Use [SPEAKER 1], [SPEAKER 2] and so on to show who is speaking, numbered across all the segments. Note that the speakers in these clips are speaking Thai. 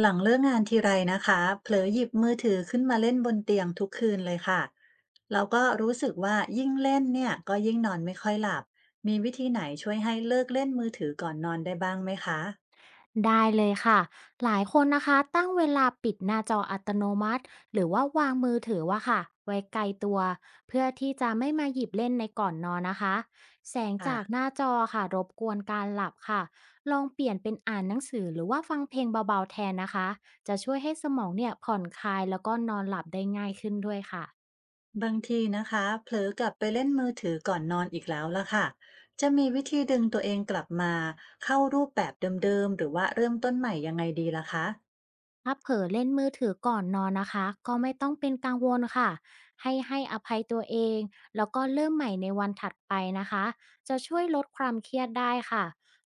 [SPEAKER 1] หลังเลิกงานทีไรนะคะเผลอหยิบมือถือขึ้นมาเล่นบนเตียงทุกคืนเลยค่ะแล้วก็รู้สึกว่ายิ่งเล่นเนี่ยก็ยิ่งนอนไม่ค่อยหลับมีวิธีไหนช่วยให้เลิกเล่นมือถือก่อนนอนได้บ้างไหมคะ
[SPEAKER 2] ได้เลยค่ะหลายคนนะคะตั้งเวลาปิดหน้าจออัตโนมัติหรือว่าวางมือถือว่าค่ะไว้ไกลตัวเพื่อที่จะไม่มาหยิบเล่นในก่อนนอนนะคะแสง
[SPEAKER 1] ค่ะ
[SPEAKER 2] จากหน้าจอค่ะรบกวนการหลับค่ะลองเปลี่ยนเป็นอ่านหนังสือหรือว่าฟังเพลงเบาๆแทนนะคะจะช่วยให้สมองเนี่ยผ่อนคลายแล้วก็นอนหลับได้ง่ายขึ้นด้วยค่ะ
[SPEAKER 1] บางทีนะคะเผลอกลับไปเล่นมือถือก่อนนอนอีกแล้วละค่ะจะมีวิธีดึงตัวเองกลับมาเข้ารูปแบบเดิมๆหรือว่าเริ่มต้นใหม่ยังไงดีล่ะคะ
[SPEAKER 2] ถ้าเผลอเล่นมือถือก่อนนอนนะคะก็ไม่ต้องเป็นกังวลค่ะให้อภัยตัวเองแล้วก็เริ่มใหม่ในวันถัดไปนะคะจะช่วยลดความเครียดได้ค่ะ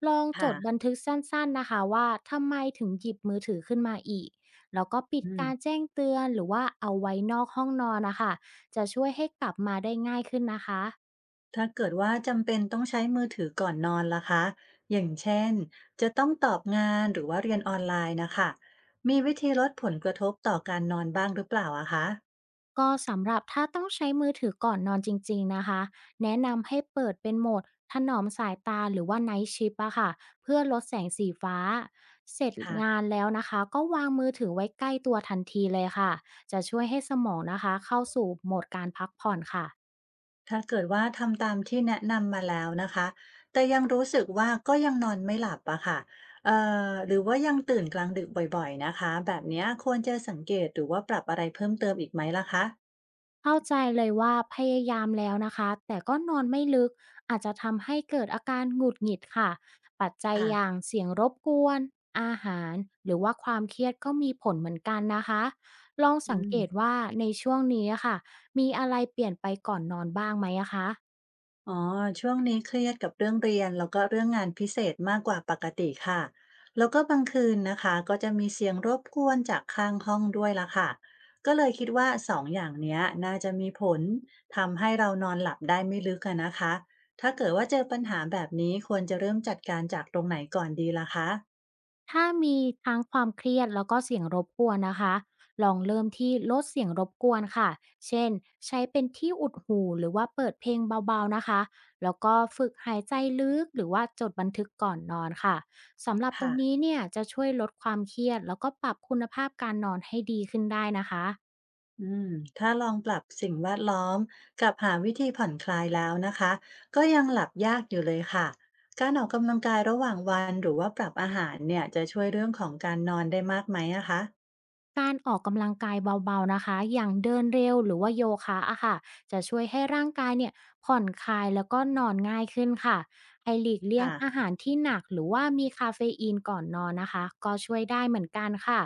[SPEAKER 2] ลองจ
[SPEAKER 1] ค่ะ
[SPEAKER 2] ดบันทึกสั้นๆนะคะว่าทำไมถึงหยิบมือถือขึ้นมาอีกแล้วก็ปิด
[SPEAKER 1] อืม
[SPEAKER 2] การแจ้งเตือนหรือว่าเอาไว้นอกห้องนอนนะคะจะช่วยให้กลับมาได้ง่ายขึ้นนะคะ
[SPEAKER 1] ถ้าเกิดว่าจำเป็นต้องใช้มือถือก่อนนอนล่ะคะอย่างเช่นจะต้องตอบงานหรือว่าเรียนออนไลน์นะคะมีวิธีลดผลกระทบต่อการนอนบ้างหรือเปล่าอะคะ
[SPEAKER 2] ก็สำหรับถ้าต้องใช้มือถือก่อนนอนจริงๆนะคะแนะนำให้เปิดเป็นโหมดถนอมสายตาหรือว่าไน g ชิป h อะค่ะเพื่อลดแสงสีฟ้าเสร็จงา
[SPEAKER 1] ค่ะ
[SPEAKER 2] นแล้วนะคะก็วางมือถือไว้ใกล้ตัวทันทีเลยค่ะจะช่วยให้สมองนะคะเข้าสู่โหมดการพักผ่อนค่ะ
[SPEAKER 1] ถ้าเกิดว่าทำตามที่แนะนำมาแล้วนะคะ แต่ยังรู้สึกว่าก็ยังนอนไม่หลับอะค่ะเอ่หรือว่ายังตื่นกลางดึกบ่อยๆนะคะ แบบเนี้ยควรจะสังเกตหรือว่าปรับอะไรเพิ่มเติมอีกไหมล่ะคะ
[SPEAKER 2] เข้าใจเลยว่าพยายามแล้วนะคะแต่ก็นอนไม่ลึกอาจจะทำให้เกิดอาการหงุดหงิดค่ะปัจจัย
[SPEAKER 1] ค่ะ
[SPEAKER 2] อย่างเสียงรบกวนอาหารหรือว่าความเครียดก็มีผลเหมือนกันนะคะลอง
[SPEAKER 1] อื
[SPEAKER 2] สัง
[SPEAKER 1] ม
[SPEAKER 2] เกตว่าในช่วงนี้อะค่ะมีอะไรเปลี่ยนไปก่อนนอนบ้างไหมอะคะ
[SPEAKER 1] อ๋อช่วงนี้เครียดกับเรื่องเรียนแล้วก็เรื่องงานพิเศษมากกว่าปกติค่ะแล้วก็บางคืนนะคะก็จะมีเสียงรบกวนจากข้างห้องด้วยล่ะค่ะก็เลยคิดว่าสองอย่างเนี้ยน่าจะมีผลทำให้เรานอนหลับได้ไม่ลึกอะนะคะถ้าเกิดว่าเจอปัญหาแบบนี้ควรจะเริ่มจัดการจากตรงไหนก่อนดีล่ะคะ
[SPEAKER 2] ถ้ามีทั้งความเครียดแล้วก็เสียงรบกวนนะคะลองเริ่มที่ลดเสียงรบกวนค่ะเช่นใช้เป็นที่อุดหูหรือว่าเปิดเพลงเบาๆนะคะ แล้วก็ฝึกหายใจลึกหรือว่าจดบันทึกก่อนนอนค่ะสำหรับตรง
[SPEAKER 1] ค่ะ
[SPEAKER 2] นี้เนี่ยจะช่วยลดความเครียดแล้วก็ปรับคุณภาพการนอนให้ดีขึ้นได้นะคะ
[SPEAKER 1] อืมถ้าลองปรับสิ่งแวดล้อมกับหาวิธีผ่อนคลายแล้วนะคะก็ยังหลับยากอยู่เลยค่ะการออกกำลังกายระหว่างวันหรือว่าปรับอาหารเนี่ยจะช่วยเรื่องของการนอนได้มากไหมอะคะ
[SPEAKER 2] การออกกำลังกายเบาๆนะคะอย่างเดินเร็วหรือว่าโยคะอะค่ะจะช่วยให้ร่างกายเนี่ยผ่อนคลายแล้วก็นอนง่ายขึ้นค่ะให้หลีกเลี่ยงอา
[SPEAKER 1] ค่ะ
[SPEAKER 2] หารที่หนักหรือว่ามีคาเฟอีนก่อนนอนนะคะก็ช่วยได้เหมือนกันค่ะ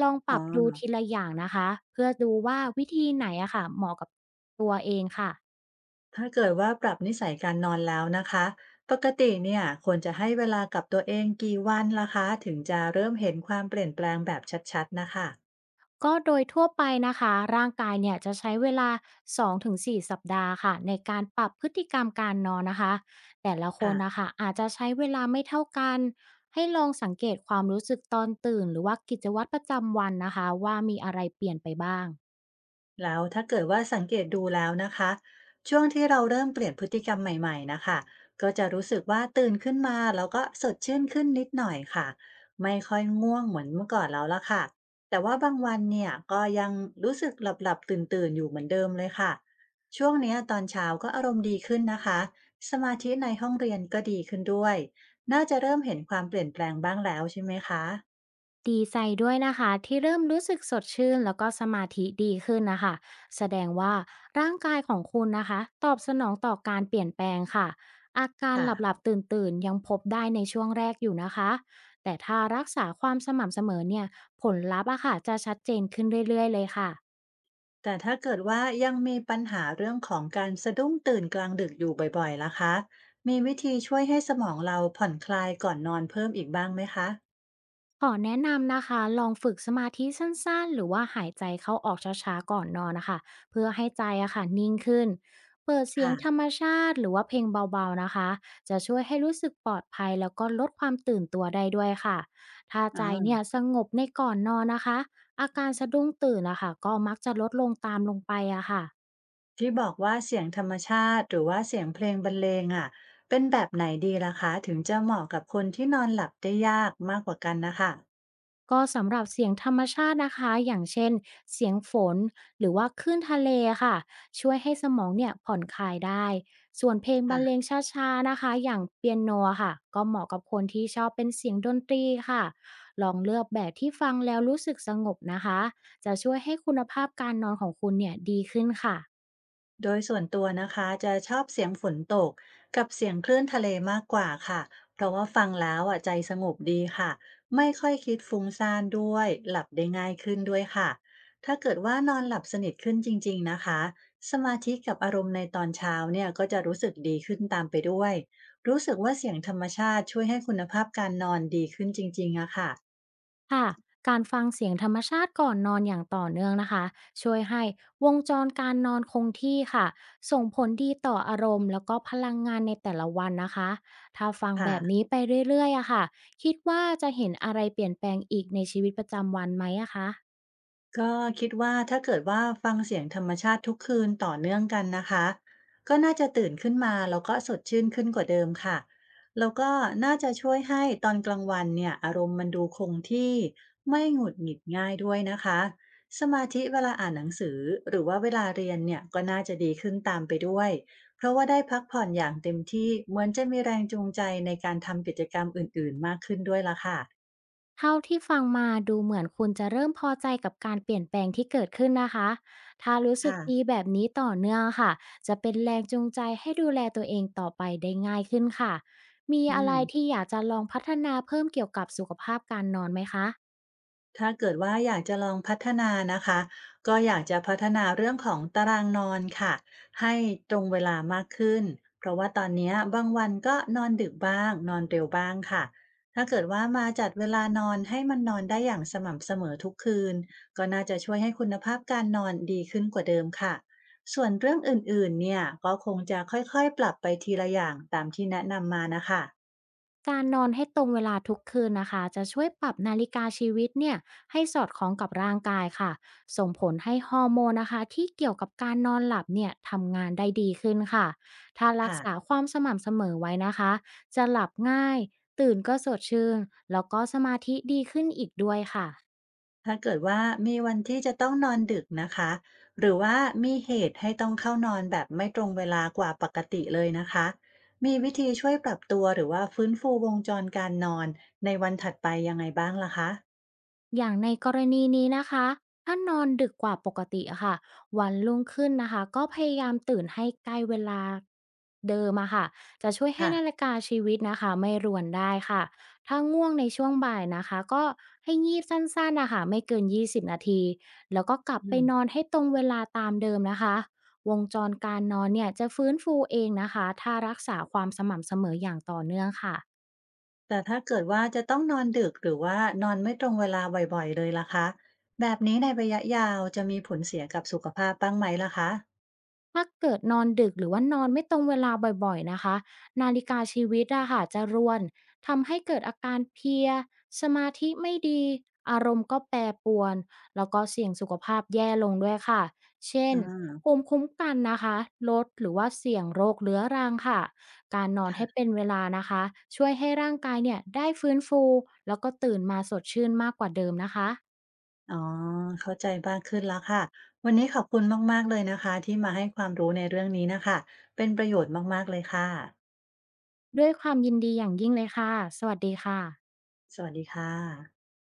[SPEAKER 2] ลองป
[SPEAKER 1] อ๋อ
[SPEAKER 2] รับดูทีละอย่างนะคะเพื่อดูว่าวิธีไหนอะค่ะเหมาะกับตัวเองค่ะ
[SPEAKER 1] ถ้าเกิดว่าปรับนิสัยการนอนแล้วนะคะปกติเนี่ยควรจะให้เวลากับตัวเองกี่วันล่ะคะถึงจะเริ่มเห็นความเปลี่ยนแปลงแบบชัดๆนะคะ
[SPEAKER 2] ก็โดยทั่วไปนะคะร่างกายเนี่ยจะใช้เวลา2-4สสัปดาห์ค่ะในการปรับพฤติกรรมการนอนนะคะแต่ละคนนะ
[SPEAKER 1] ค่ะ
[SPEAKER 2] คะอาจจะใช้เวลาไม่เท่ากันให้ลองสังเกตความรู้สึกตอนตื่นหรือว่ากิจวัตรประจำวันนะคะว่ามีอะไรเปลี่ยนไปบ้าง
[SPEAKER 1] แล้วถ้าเกิดว่าสังเกตดูแล้วนะคะช่วงที่เราเริ่มเปลี่ยนพฤติกรรมใหม่ๆนะคะก็จะรู้สึกว่าตื่นขึ้นมาแล้วก็สดชื่นขึ้นนิดหน่อยค่ะไม่ค่อยง่วงเหมือนเมื่อก่อนแล้วละค่ะแต่ว่าบางวันเนี่ยก็ยังรู้สึกหลับๆตื่นๆอยู่เหมือนเดิมเลยค่ะช่วงเนี้ยตอนเช้าก็อารมณ์ดีขึ้นนะคะสมาธิในห้องเรียนก็ดีขึ้นด้วยน่าจะเริ่มเห็นความเปลี่ยนแปลงบ้างแล้วใช่ไหมคะ
[SPEAKER 2] ดีใจด้วยนะคะที่เริ่มรู้สึกสดชื่นแล้วก็สมาธิดีขึ้นนะคะแสดงว่าร่างกายของคุณนะคะตอบสนองต่อการเปลี่ยนแปลงค่ะอาการ
[SPEAKER 1] ค่ะ
[SPEAKER 2] หลับๆตื่นๆยังพบได้ในช่วงแรกอยู่นะคะแต่ถ้ารักษาความสม่ำเสมอเนี่ยผลลัพธ์อะค่ะจะชัดเจนขึ้นเรื่อยๆเลยค่ะ
[SPEAKER 1] แต่ถ้าเกิดว่ายังมีปัญหาเรื่องของการสะดุ้งตื่นกลางดึกอยู่บ่อยๆล่ะคะ มีวิธีช่วยให้สมองเราผ่อนคลายก่อนนอนเพิ่มอีกบ้างไหมคะ
[SPEAKER 2] ขอแนะนำนะคะลองฝึกสมาธิสั้นๆหรือว่าหายใจเข้าออกช้าๆก่อนนอนนะคะเพื่อให้ใจอะค่ะนิ่งขึ้นเปิดเสียงธร
[SPEAKER 1] ค่ะ
[SPEAKER 2] รมชาติหรือว่าเพลงเบาๆนะคะจะช่วยให้รู้สึกปลอดภัยแล้วก็ลดความตื่นตัวได้ด้วยค่ะถ้าใจเนี่
[SPEAKER 1] อ่า
[SPEAKER 2] ยสงบในก่อนนอนนะคะอาการสะดุ้งตื่นนะคะก็มักจะลดลงตามลงไปอะค่ะ
[SPEAKER 1] ที่บอกว่าเสียงธรรมชาติหรือว่าเสียงเพลงบรรเลงอ่ะเป็นแบบไหนดีล่ะคะ ถึงจะเหมาะกับคนที่นอนหลับได้ยากมากกว่ากันนะคะ
[SPEAKER 2] ก็สำหรับเสียงธรรมชาตินะคะอย่างเช่นเสียงฝนหรือว่าคลื่นทะเลค่ะช่วยให้สมองเนี่ยผ่อนคลายได้ส่วนเพลงบร
[SPEAKER 1] ค่ะ
[SPEAKER 2] รเลงช้าๆนะคะอย่างเปียโนค่ะก็เหมาะกับคนที่ชอบเป็นเสียงดนตรีค่ะลองเลือกแบบที่ฟังแล้วรู้สึกสงบนะคะจะช่วยให้คุณภาพการนอนของคุณเนี่ยดีขึ้นค่ะ
[SPEAKER 1] โดยส่วนตัวนะคะจะชอบเสียงฝนตกกับเสียงคลื่นทะเลมากกว่าค่ะเพราะว่าฟังแล้วอ่ะใจสงบดีค่ะไม่ค่อยคิดฟุ้งซ่านด้วยหลับได้ง่ายขึ้นด้วยค่ะถ้าเกิดว่านอนหลับสนิทขึ้นจริงๆนะคะสมาธิกับอารมณ์ในตอนเช้าเนี่ยก็จะรู้สึกดีขึ้นตามไปด้วยรู้สึกว่าเสียงธรรมชาติช่วยให้คุณภาพการนอนดีขึ้นจริงๆอะค่ะ
[SPEAKER 2] ค่ะการฟังเสียงธรรมชาติก่อนนอนอย่างต่อเนื่องนะคะช่วยให้วงจรการนอนคงที่ค่ะส่งผลดีต่ออารมณ์แล้วก็พลังงานในแต่ละวันนะคะถ้าฟังแบบ
[SPEAKER 1] ค่ะ
[SPEAKER 2] นี้ไปเรื่อยๆอะค่ะคิดว่าจะเห็นอะไรเปลี่ยนแปลงอีกในชีวิตประจำวันไหมอะคะ
[SPEAKER 1] ก็คิดว่าถ้าเกิดว่าฟังเสียงธรรมชาติทุกคืนต่อเนื่องกันนะคะก็น่าจะตื่นขึ้นมาแล้วก็สดชื่นขึ้นกว่าเดิมค่ะแล้วก็น่าจะช่วยให้ตอนกลางวันเนี่ยอารมณ์มันดูคงที่ไม่หงุดหงิดง่ายด้วยนะคะสมาธิเวลาอ่านหนังสือหรือว่าเวลาเรียนเนี่ยก็น่าจะดีขึ้นตามไปด้วยเพราะว่าได้พักผ่อนอย่างเต็มที่เหมือนจะมีแรงจูงใจในการทำกิจกรรมอื่นๆมากขึ้นด้วยละค่ะ
[SPEAKER 2] เท่าที่ฟังมาดูเหมือนคุณจะเริ่มพอใจกับการเปลี่ยนแปลงที่เกิดขึ้นนะคะ ถ้ารู้สึก
[SPEAKER 1] ค่ะ
[SPEAKER 2] ดีแบบนี้ต่อเนื่องค่ะ จะเป็นแรงจูงใจให้ดูแลตัวเองต่อไปได้ง่ายขึ้นค่ะ มี
[SPEAKER 1] อื
[SPEAKER 2] อะไร
[SPEAKER 1] ม
[SPEAKER 2] ที่อยากจะลองพัฒนาเพิ่มเกี่ยวกับสุขภาพการนอนไหมคะ
[SPEAKER 1] ถ้าเกิดว่าอยากจะลองพัฒนานะคะก็อยากจะพัฒนาเรื่องของตารางนอนค่ะให้ตรงเวลามากขึ้นเพราะว่าตอนเนี้ยบางวันก็นอนดึกบ้างนอนเร็วบ้างค่ะถ้าเกิดว่ามาจัดเวลานอนให้มันนอนได้อย่างสม่ำเสมอทุกคืนก็น่าจะช่วยให้คุณภาพการนอนดีขึ้นกว่าเดิมค่ะส่วนเรื่องอื่นๆเนี่ยก็คงจะค่อยๆปรับไปทีละอย่างตามที่แนะนำมานะคะ
[SPEAKER 2] การนอนให้ตรงเวลาทุกคืนนะคะจะช่วยปรับนาฬิกาชีวิตเนี่ยให้สอดคล้องกับร่างกายค่ะส่งผลให้ฮอร์โมนนะคะที่เกี่ยวกับการนอนหลับเนี่ยทำงานได้ดีขึ้นค่ะถ้ารักษา
[SPEAKER 1] ค่ะ
[SPEAKER 2] ความสม่ำเสมอไว้นะคะจะหลับง่ายตื่นก็สดชื่นแล้วก็สมาธิดีขึ้นอีกด้วยค่ะ
[SPEAKER 1] ถ้าเกิดว่ามีวันที่จะต้องนอนดึกนะคะหรือว่ามีเหตุให้ต้องเข้านอนแบบไม่ตรงเวลากว่าปกติเลยนะคะมีวิธีช่วยปรับตัวหรือว่าฟื้นฟูวงจรการนอนในวันถัดไปยังไงบ้างล่ะคะ
[SPEAKER 2] อย่างในกรณีนี้นะคะ ถ้านอนดึกกว่าปกติอะค่ะวันรุ่งขึ้นนะคะก็พยายามตื่นให้ใกล้เวลาเดิมอะค่ะจะช่วยให้
[SPEAKER 1] ค่ะ
[SPEAKER 2] นาฬิกาชีวิตนะคะไม่รวนได้ค่ะถ้าง่วงในช่วงบ่ายนะคะก็ให้งีบสั้นๆนะคะไม่เกิน20นาทีแล้วก็กลับ
[SPEAKER 1] อื
[SPEAKER 2] ไป
[SPEAKER 1] ม
[SPEAKER 2] นอนให้ตรงเวลาตามเดิมนะคะ วงจรการนอนเนี่ยจะฟื้นฟูเองนะคะถ้ารักษาความสม่ำเสมออย่างต่อเนื่องค่ะ
[SPEAKER 1] แต่ถ้าเกิดว่าจะต้องนอนดึกหรือว่านอนไม่ตรงเวลาบ่อยๆเลยล่ะคะแบบนี้ในระยะยาวจะมีผลเสียกับสุขภาพบ้างไหมล่ะคะ
[SPEAKER 2] ถ้าเกิดนอนดึกหรือว่านอนไม่ตรงเวลาบ่อยๆนะคะนาฬิกาชีวิตอะค่ะจะรวนทำให้เกิดอาการเพลียสมาธิไม่ดีอารมณ์ก็แปรปรวนแล้วก็เสี่ยงสุขภาพแย่ลงด้วยค่ะเช่น
[SPEAKER 1] อา
[SPEAKER 2] ภูมิคุ้มกันนะคะลดหรือว่าเสี่ยงโรคเรื้อรังค่ะการนอนให้
[SPEAKER 1] ค่ะ
[SPEAKER 2] เป็นเวลานะคะช่วยให้ร่างกายเนี่ยได้ฟื้นฟูแล้วก็ตื่นมาสดชื่นมากกว่าเดิมนะคะ
[SPEAKER 1] อ๋อเข้าใจมากขึ้นแล้วค่ะวันนี้ขอบคุณมากๆเลยนะคะที่มาให้ความรู้ในเรื่องนี้น่ะค่ะเป็นประโยชน์มากๆเลยค่ะ
[SPEAKER 2] ด้วยความยินดีอย่างยิ่งเลยค่ะสวัสดีค่ะ
[SPEAKER 1] สวัสดีค่ะ